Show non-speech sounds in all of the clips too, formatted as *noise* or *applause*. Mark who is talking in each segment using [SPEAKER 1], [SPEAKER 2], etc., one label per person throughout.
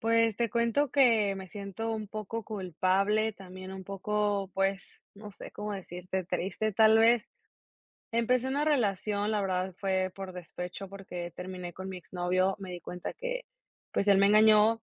[SPEAKER 1] Pues, te cuento que me siento un poco culpable, también un poco, pues, no sé cómo decirte, triste tal vez. Empecé una relación, la verdad fue por despecho, porque terminé con mi exnovio, me di cuenta que, pues, él me engañó,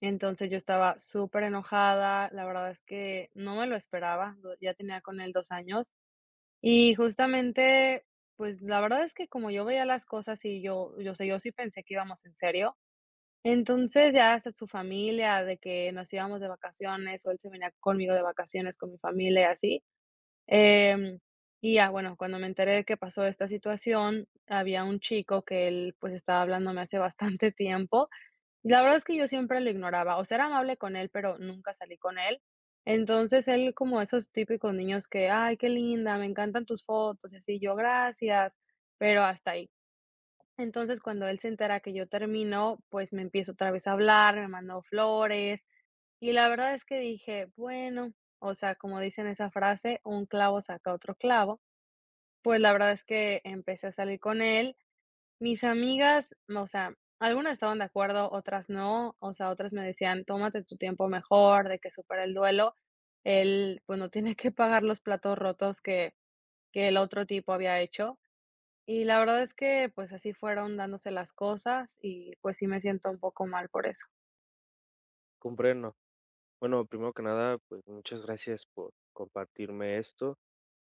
[SPEAKER 1] entonces yo estaba superenojada, la verdad es que no me lo esperaba, do ya tenía con él 2 años, y justamente, pues, la verdad es que como yo veía las cosas y yo sé, yo sí pensé que íbamos en serio, entonces, ya hasta su familia, de que nos íbamos de vacaciones, o él se venía conmigo de vacaciones con mi familia y así. Em, y ya, bueno, cuando me enteré de que pasó esta situación, había un chico que él, pues, estaba hablándome hace *laughs* bastante tiempo. La verdad es que yo siempre lo ignoraba, o sea, era amable con él, pero nunca salí con él. Entonces, él como esos típicos niños que: "Ay, qué linda, me encantan tus fotos", y así, yo: "Gracias", pero hasta ahí. Entonces, cuando él se entera que yo termino, pues, me empiezo otra vez a hablar, me mandó flores, y la verdad es que dije: "Bueno", o sea, como dicen esa frase, un clavo saca otro clavo, pues, la verdad es que empecé a salir con él. Mis amigas, o sea, algunas estaban de acuerdo, otras no, o sea, otras me decían: "Tómate tu tiempo mejor, de que supera el duelo". Él, pues, no tiene que pagar los platos rotos que el otro tipo había hecho. Y la verdad es que, pues, así fueron dándose las cosas y, pues, sí me siento un poco mal por eso.
[SPEAKER 2] Comprendo. Bueno, primero que nada, pues muchas gracias por compartirme esto.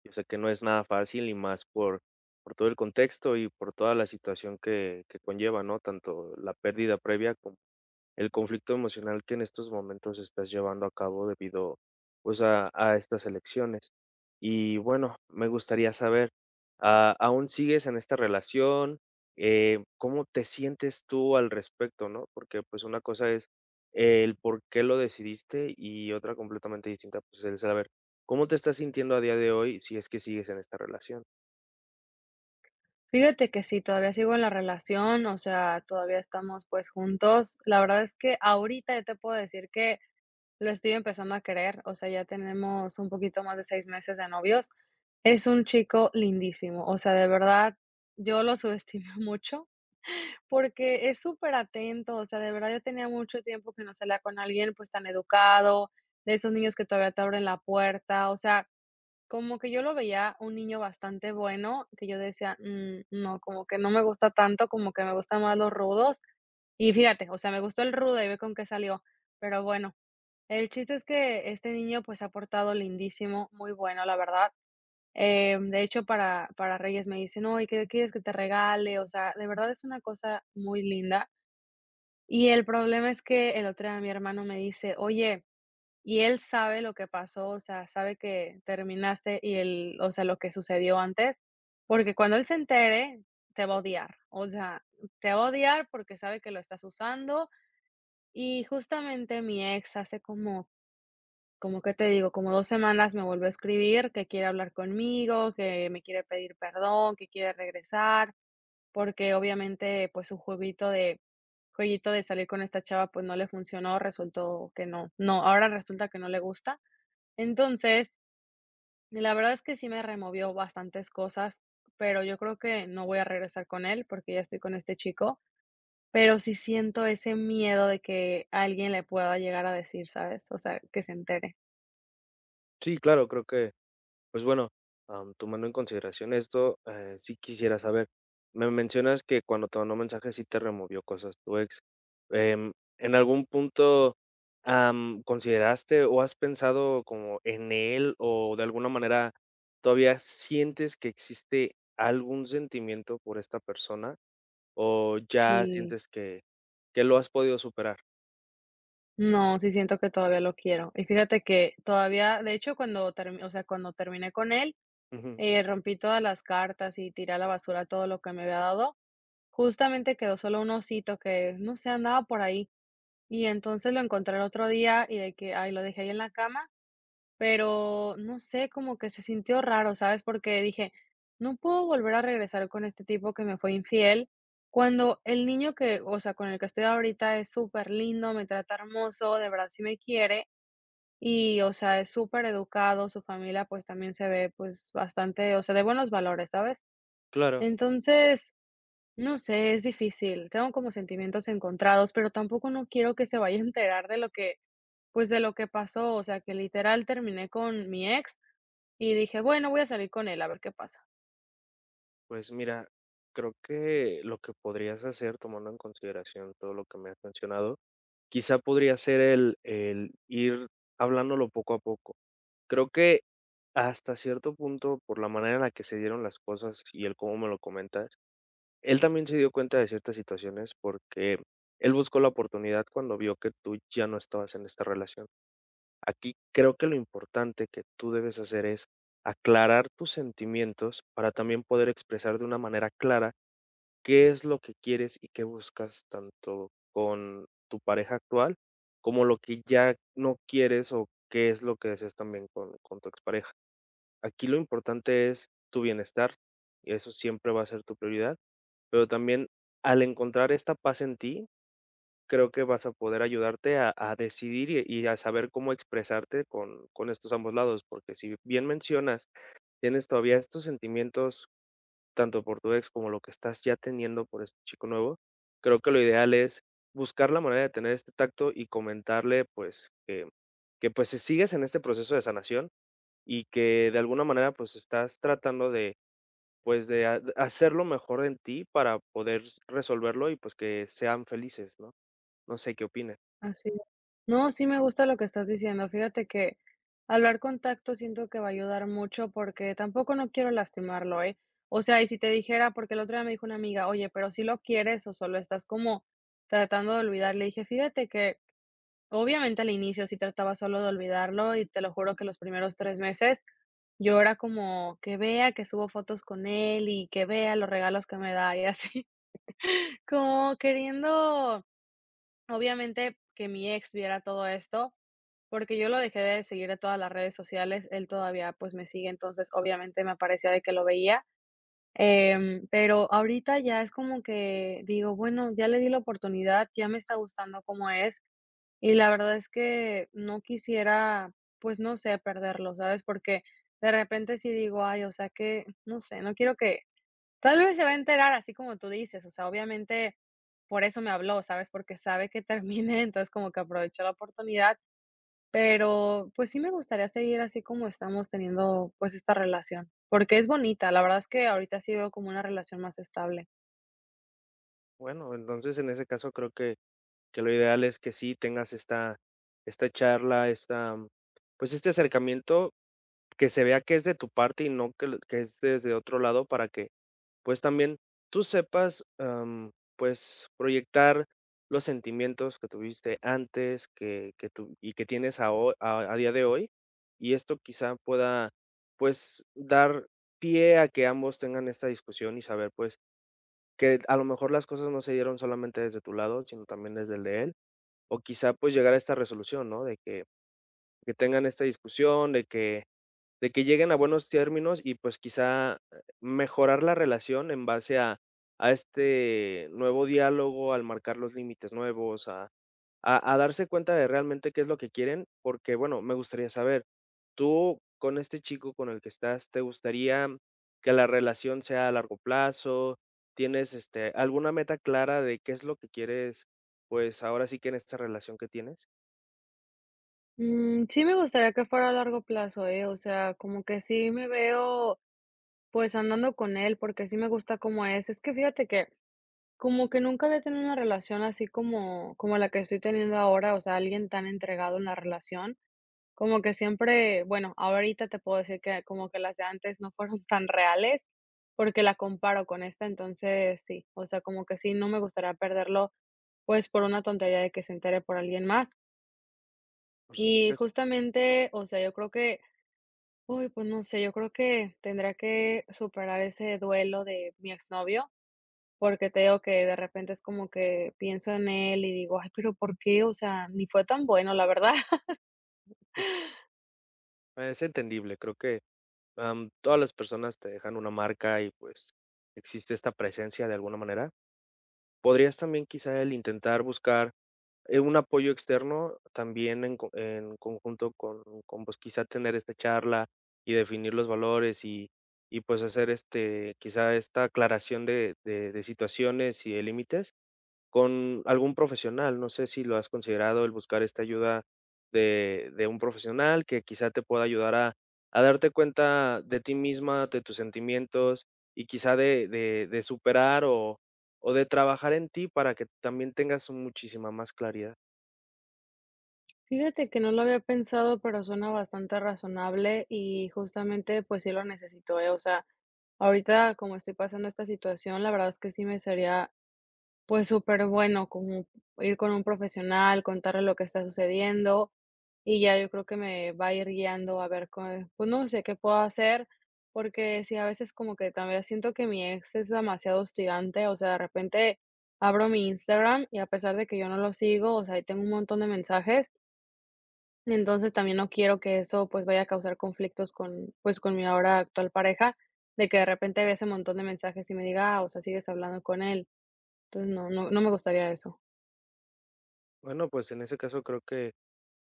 [SPEAKER 2] Yo sé que no es nada fácil y más por todo el contexto y por toda la situación que conlleva, ¿no? Tanto la pérdida previa como el conflicto emocional que en estos momentos estás llevando a cabo debido, pues, a estas elecciones. Y bueno, me gustaría saber, ¿aún sigues en esta relación? ¿Cómo te sientes tú al respecto, no? Porque, pues, una cosa es el por qué lo decidiste y otra completamente distinta, pues, el saber cómo te estás sintiendo a día de hoy, si es que sigues en esta relación.
[SPEAKER 1] Fíjate que sí, todavía sigo en la relación, o sea, todavía estamos, pues, juntos. La verdad es que ahorita ya te puedo decir que lo estoy empezando a querer, o sea, ya tenemos un poquito más de 6 meses de novios. Es un chico lindísimo, o sea, de verdad, yo lo subestimé *laughs* mucho, porque es súper atento, o sea, de verdad yo tenía mucho tiempo que no salía con alguien, pues, tan educado, de esos niños que todavía te abren la puerta, o sea, como que yo lo veía un niño bastante bueno, que yo decía: "Mm, no, como que no me gusta tanto, como que me gustan más los rudos". Y fíjate, o sea, me gustó el rudo y ve con qué salió. Pero bueno, el chiste es que este niño, pues, se ha portado lindísimo, muy bueno, la verdad. De hecho, para Reyes me dice: "No, ¿y qué quieres que te regale?". O sea, de verdad es una cosa muy linda. Y el problema es que el otro día mi hermano me dice: "Oye, ¿y él sabe lo que pasó? O sea, ¿sabe que terminaste y el o sea, lo que sucedió antes? Porque cuando él se entere, te va a odiar". O sea, te va a odiar porque sabe que lo estás usando. Y justamente mi ex hace como ¿qué te digo? Como 2 semanas me volvió a escribir que quiere hablar conmigo, que me quiere pedir perdón, que quiere regresar. Porque obviamente, pues, su jueguito de salir con esta chava, pues, no le funcionó, resultó que no, ahora resulta que no le gusta. Entonces, la verdad es que sí me removió bastantes cosas, pero yo creo que no voy a regresar con él, porque ya estoy con este chico, pero sí siento ese miedo de que alguien le pueda llegar a decir, ¿sabes? O sea, que se entere.
[SPEAKER 2] Sí, claro, creo que pues bueno, tomando en consideración esto, sí quisiera saber, me mencionas que cuando te mandó mensajes sí te removió cosas tu ex. Em, ¿En algún punto, consideraste o has pensado como en él o de alguna manera todavía sientes que existe algún sentimiento por esta persona o ya
[SPEAKER 1] Sí,
[SPEAKER 2] sientes que lo has podido superar?
[SPEAKER 1] no, sí siento que todavía lo quiero. Y fíjate que todavía, de hecho, cuando termi o sea, cuando terminé con él,
[SPEAKER 2] Ujú,
[SPEAKER 1] Rompí todas las cartas y tiré a la basura todo lo que me había dado. Justamente quedó solo un osito que, no sé, andaba por ahí. Y entonces lo encontré el otro día y de que, ay, lo dejé ahí en la cama, pero no sé, como que se sintió raro, ¿sabes? Porque dije, no puedo volver a regresar con este tipo que me fue infiel. Cuando el niño que, o sea, con el que estoy ahorita es súper lindo, me trata hermoso, de verdad sí me quiere. Y, o sea, es súper educado, su familia pues también se ve pues bastante, o sea, de buenos valores, ¿sabes?
[SPEAKER 2] claro.
[SPEAKER 1] Entonces, no sé, es difícil. Tengo como sentimientos encontrados, pero tampoco no quiero que se vaya a enterar de lo que, pues de lo que pasó. O sea, que literal terminé con mi ex y dije, bueno, voy a salir con él a ver qué pasa.
[SPEAKER 2] Pues mira, creo que lo que podrías hacer, tomando en consideración todo lo que me has mencionado, quizá podría ser el ir hablándolo poco a poco. Creo que hasta cierto punto, por la manera en la que se dieron las cosas y el cómo me lo comentas, él también se dio cuenta de ciertas situaciones porque él buscó la oportunidad cuando vio que tú ya no estabas en esta relación. Aquí creo que lo importante que tú debes hacer es aclarar tus sentimientos para también poder expresar de una manera clara qué es lo que quieres y qué buscas tanto con tu pareja actual, como lo que ya no quieres o qué es lo que deseas también con tu expareja. Aquí lo importante es tu bienestar, y eso siempre va a ser tu prioridad, pero también al encontrar esta paz en ti, creo que vas a poder ayudarte a decidir y a saber cómo expresarte con estos ambos lados, porque si bien mencionas, tienes todavía estos sentimientos tanto por tu ex como lo que estás ya teniendo por este chico nuevo, creo que lo ideal es buscar la manera de tener este tacto y comentarle, pues, que, si sigues en este proceso de sanación y que de alguna manera, pues, estás tratando de, pues, de ha hacer lo mejor en ti para poder s resolverlo y, pues, que sean felices, ¿no? No sé, ¿qué opines?
[SPEAKER 1] Así. No, sí me gusta lo que estás diciendo. Fíjate que hablar con tacto siento que va a ayudar mucho porque tampoco no quiero lastimarlo, ¿eh? O sea, y si te dijera, porque el otro día me dijo una amiga, oye, pero si lo quieres o solo estás como tratando de olvidar, le dije, fíjate que obviamente, al inicio sí trataba solo de olvidarlo y te lo juro que los primeros 3 meses yo era como que vea que subo fotos con él y que vea los regalos que me da y así, *laughs* como queriendo, obviamente, que mi ex viera todo esto, porque yo lo dejé de seguir de todas las redes sociales, él todavía, pues, me sigue, entonces, obviamente, me aparecía de que lo veía, pero ahorita ya es como que digo: "Bueno, ya le di la oportunidad, ya me está gustando cómo es". Y la verdad es que no quisiera, pues, no sé, perderlo, ¿sabes? Porque de repente sí digo: "Ay, o sea que", no sé, no quiero que tal vez se va a enterar así como tú dices, o sea, obviamente por eso me habló, ¿sabes? Porque sabe que terminé, *laughs* entonces como que aprovechó la oportunidad, pero, pues, sí me gustaría seguir así como estamos teniendo, pues, esta relación, porque es bonita, la verdad es que ahorita sí veo como una relación más estable.
[SPEAKER 2] Bueno, entonces, en ese caso, creo que lo ideal es que sí tengas esta charla, esta, pues, este acercamiento que se vea que es de tu parte y no que l que es desde otro lado para que, pues, también tú sepas, pues, proyectar los sentimientos que tuviste antes, que tú y que tienes a ho a día de hoy, y esto quizá pueda, pues, dar pie a que ambos tengan esta discusión y saber, pues, que a lo mejor las cosas no se dieron solamente desde tu lado, sino también desde el de él, o quizá, pues, llegar a esta resolución, ¿no? De que tengan esta discusión, de que lleguen a buenos términos y, pues, quizá mejorar la relación en base a este nuevo diálogo, al marcar los límites nuevos, a darse cuenta de realmente qué es lo que quieren, porque, bueno, me gustaría saber, tú con este chico con el que estás, ¿te gustaría que la relación sea a largo plazo? ¿Tienes, este, alguna meta clara de qué es lo que quieres, pues, ahora sí que en esta relación que tienes?
[SPEAKER 1] Mm, sí me gustaría que fuera a largo plazo, ¿eh? O sea, como que sí me veo pues andando con él, porque sí me gusta cómo es. Es que fíjate que como que nunca había tenido una relación así como, como la que estoy teniendo ahora, o sea, alguien tan entregado en la relación. Como que siempre, bueno, ahorita te puedo decir que como que las de antes no fueron *laughs* tan reales, porque la comparo con esta, entonces sí, o sea, como que sí, no me gustaría perderlo, pues por una tontería de que se entere por alguien más.
[SPEAKER 2] Por
[SPEAKER 1] Y
[SPEAKER 2] supuesto,
[SPEAKER 1] justamente, o sea, yo creo que, uy, pues no sé, yo creo que tendría que superar ese duelo de mi exnovio porque te digo que de repente es como que pienso en él y digo: "Ay, pero, ¿por qué?". O sea, ni fue tan bueno, la verdad. *laughs*
[SPEAKER 2] es entendible, creo que todas las personas te dejan una marca y, pues, existe esta presencia de alguna manera. Podrías también, quizá, el intentar buscar, un apoyo externo también en co en conjunto con, pues, quizá, tener esta charla y definir los valores y, pues, hacer, este, quizá, esta aclaración de situaciones y de límites con algún profesional. No sé si lo has considerado el buscar esta ayuda de un profesional que quizá te pueda ayudar a darte cuenta de ti misma, de tus sentimientos y quizá de superar o de trabajar en ti para que también tengas muchísima más claridad.
[SPEAKER 1] Fíjate que no lo había pensado, pero suena bastante razonable y justamente, pues sí lo necesito, ¿eh? O sea, ahorita como estoy pasando esta situación, la verdad es que sí me sería pues superbueno, como ir con un profesional, contarle lo que está sucediendo, y ya yo creo que me va a ir guiando a ver cue pues no sé qué puedo hacer, porque sí, a veces como que también siento que mi ex es demasiado hostigante, o sea, de repente abro mi Instagram y a pesar de que yo no lo sigo, o sea, ahí tengo un montón de mensajes, entonces también no quiero que eso, pues, vaya a causar conflictos con, pues, con mi ahora actual pareja, de que de repente vea ese montón de mensajes y me diga: "Ah, o sea, sigues hablando con él". Entonces no me gustaría eso.
[SPEAKER 2] Bueno, pues en ese caso creo que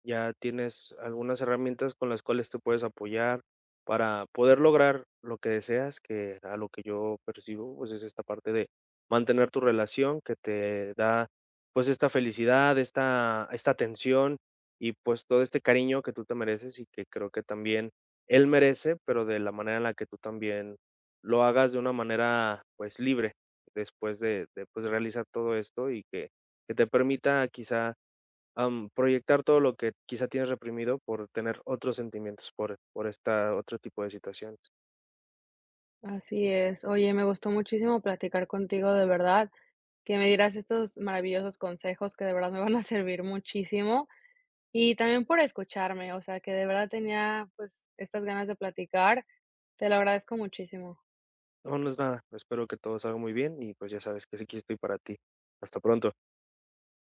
[SPEAKER 2] ya tienes algunas herramientas con las cuales te puedes apoyar para poder lograr lo que deseas, que a lo que yo percibo, pues es esta parte de mantener tu relación que te da, pues esta felicidad, esta atención y pues todo este cariño que tú te mereces y que creo que también él merece, pero de la manera en la que tú también lo hagas de una manera pues libre después de pues, realizar todo esto y que te permita quizá proyectar todo lo que quizá tienes reprimido por tener otros sentimientos, por esta otro tipo de situaciones.
[SPEAKER 1] Así es. Oye, me gustó muchísimo platicar contigo, de verdad, que me dieras estos maravillosos consejos que de verdad me van a servir muchísimo y también por escucharme, o sea, que de verdad tenía, pues, estas ganas de platicar. Te lo agradezco muchísimo.
[SPEAKER 2] No, no es nada. Espero que todo salga muy bien y, pues, ya sabes que sí, aquí estoy para ti. Hasta pronto.